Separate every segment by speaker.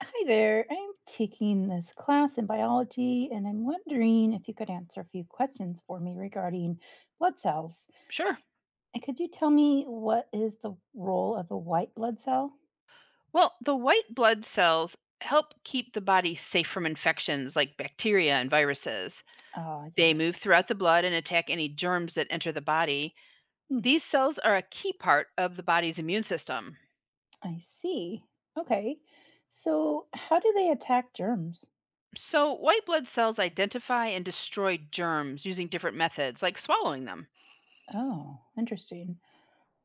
Speaker 1: Hi there. I'm taking this class in biology and I'm wondering if you could answer a few questions for me regarding blood cells.
Speaker 2: Sure.
Speaker 1: And could you tell me, what is the role of a white blood cell?
Speaker 2: Well, the white blood cells help keep the body safe from infections like bacteria and viruses.
Speaker 1: Ah,
Speaker 2: They
Speaker 1: yes.
Speaker 2: move throughout the blood and attack any germs that enter the body.
Speaker 1: Hmm.
Speaker 2: These cells are a key part of the body's immune system.
Speaker 1: I see. Okay. So, how do they attack germs?
Speaker 2: So, white blood cells identify and destroy germs using different methods, like swallowing them.
Speaker 1: Oh, interesting.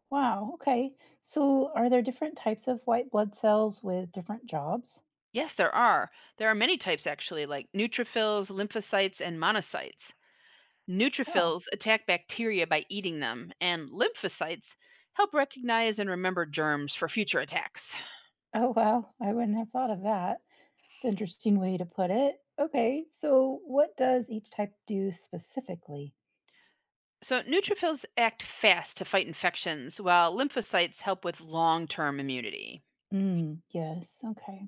Speaker 1: Wow. Okay. So, are there different types of white blood cells with different jobs?
Speaker 2: Yes, there are. There are many types actually, like neutrophils, lymphocytes, and monocytes. Neutrophils attack bacteria by eating them, and lymphocytes help recognize and remember germs for future attacks.
Speaker 1: Oh, wow. I wouldn't have thought of that. It's an interesting way to put it. Okay. So, what does each type do specifically?
Speaker 2: So, neutrophils act fast to fight infections, while lymphocytes help with long term immunity.
Speaker 1: Mm, yes. Okay.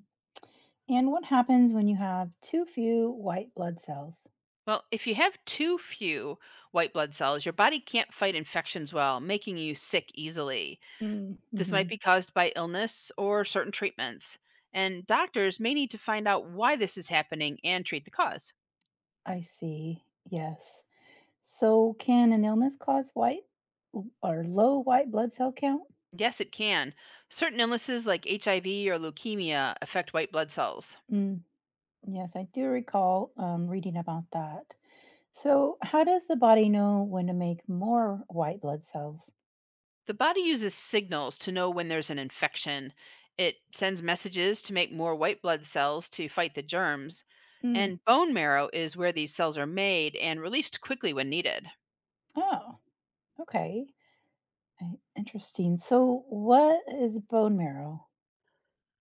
Speaker 1: And what happens when you have too few white blood cells?
Speaker 2: Well, if you have too few white blood cells, your body can't fight infections well, making you sick easily.
Speaker 1: Mm,
Speaker 2: This might
Speaker 1: hmm
Speaker 2: be caused by illness or certain treatments, and doctors may need to find out why this is happening and treat the cause.
Speaker 1: I see. Yes. So, can an illness cause white or low white blood cell count?
Speaker 2: Yes, it can. Certain illnesses like HIV or leukemia affect white blood cells.
Speaker 1: Mm, yes, I do recall reading about that. So, how does the body know when to make more white blood cells?
Speaker 2: The body uses signals to know when there's an infection. It sends messages to make more white blood cells to fight the germs. And bone marrow is where these cells are made and released quickly when needed.
Speaker 1: Oh, okay. Interesting. So, what is bone marrow?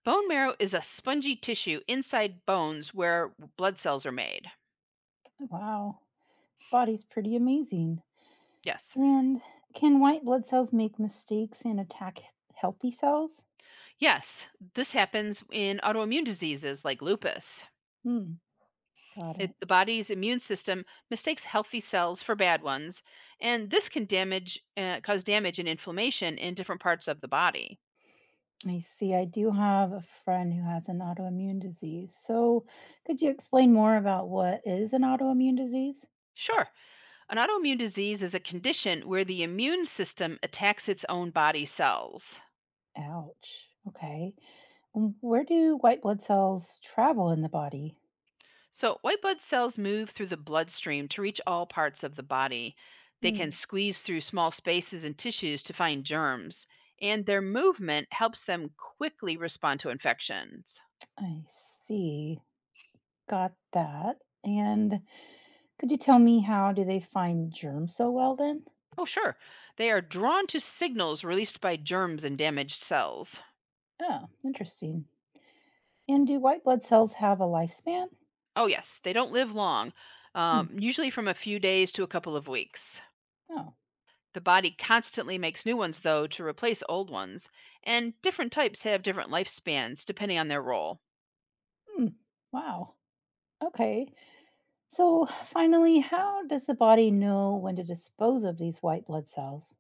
Speaker 2: Bone marrow is a spongy tissue inside bones where blood cells are made.
Speaker 1: Wow, body's pretty amazing.
Speaker 2: Yes.
Speaker 1: And can white blood cells make mistakes and attack healthy cells?
Speaker 2: Yes, this happens in autoimmune diseases like lupus.
Speaker 1: Hmm, got it.
Speaker 2: It, the body's immune system mistakes healthy cells for bad ones, and this can cause damage and inflammation in different parts of the body.
Speaker 1: I see. I do have a friend who has an autoimmune disease. So, could you explain more about what is an autoimmune disease?
Speaker 2: Sure, an autoimmune disease is a condition where the immune system attacks its own body cells.
Speaker 1: Ouch. Okay. Where do white blood cells travel in the body?
Speaker 2: So, white blood cells move through the bloodstream to reach all parts of the body. They can
Speaker 1: Hmm.
Speaker 2: squeeze through small spaces and tissues to find germs, and their movement helps them quickly respond to infections.
Speaker 1: I see. Got that. And could you tell me, how do they find germs so well then?
Speaker 2: Oh, sure. They are drawn to signals released by germs and damaged cells.
Speaker 1: Oh, interesting. And do white blood cells have a lifespan?
Speaker 2: Oh, yes. They don't live long,
Speaker 1: Hmm.
Speaker 2: usually from a few days to a couple of weeks.
Speaker 1: Oh.
Speaker 2: The body constantly makes new ones, though, to replace old ones, and different types have different lifespans depending on their role.
Speaker 1: Hmm. Wow. Okay. So finally, how does the body know when to dispose of these white blood cells?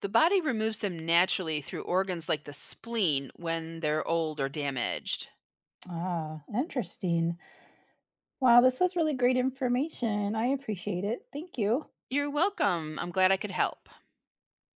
Speaker 2: The body removes them naturally through organs like the spleen when they're old or damaged.
Speaker 1: Ah, interesting. Wow, this was really great information. I appreciate it. Thank you.
Speaker 2: You're welcome. I'm glad I could help.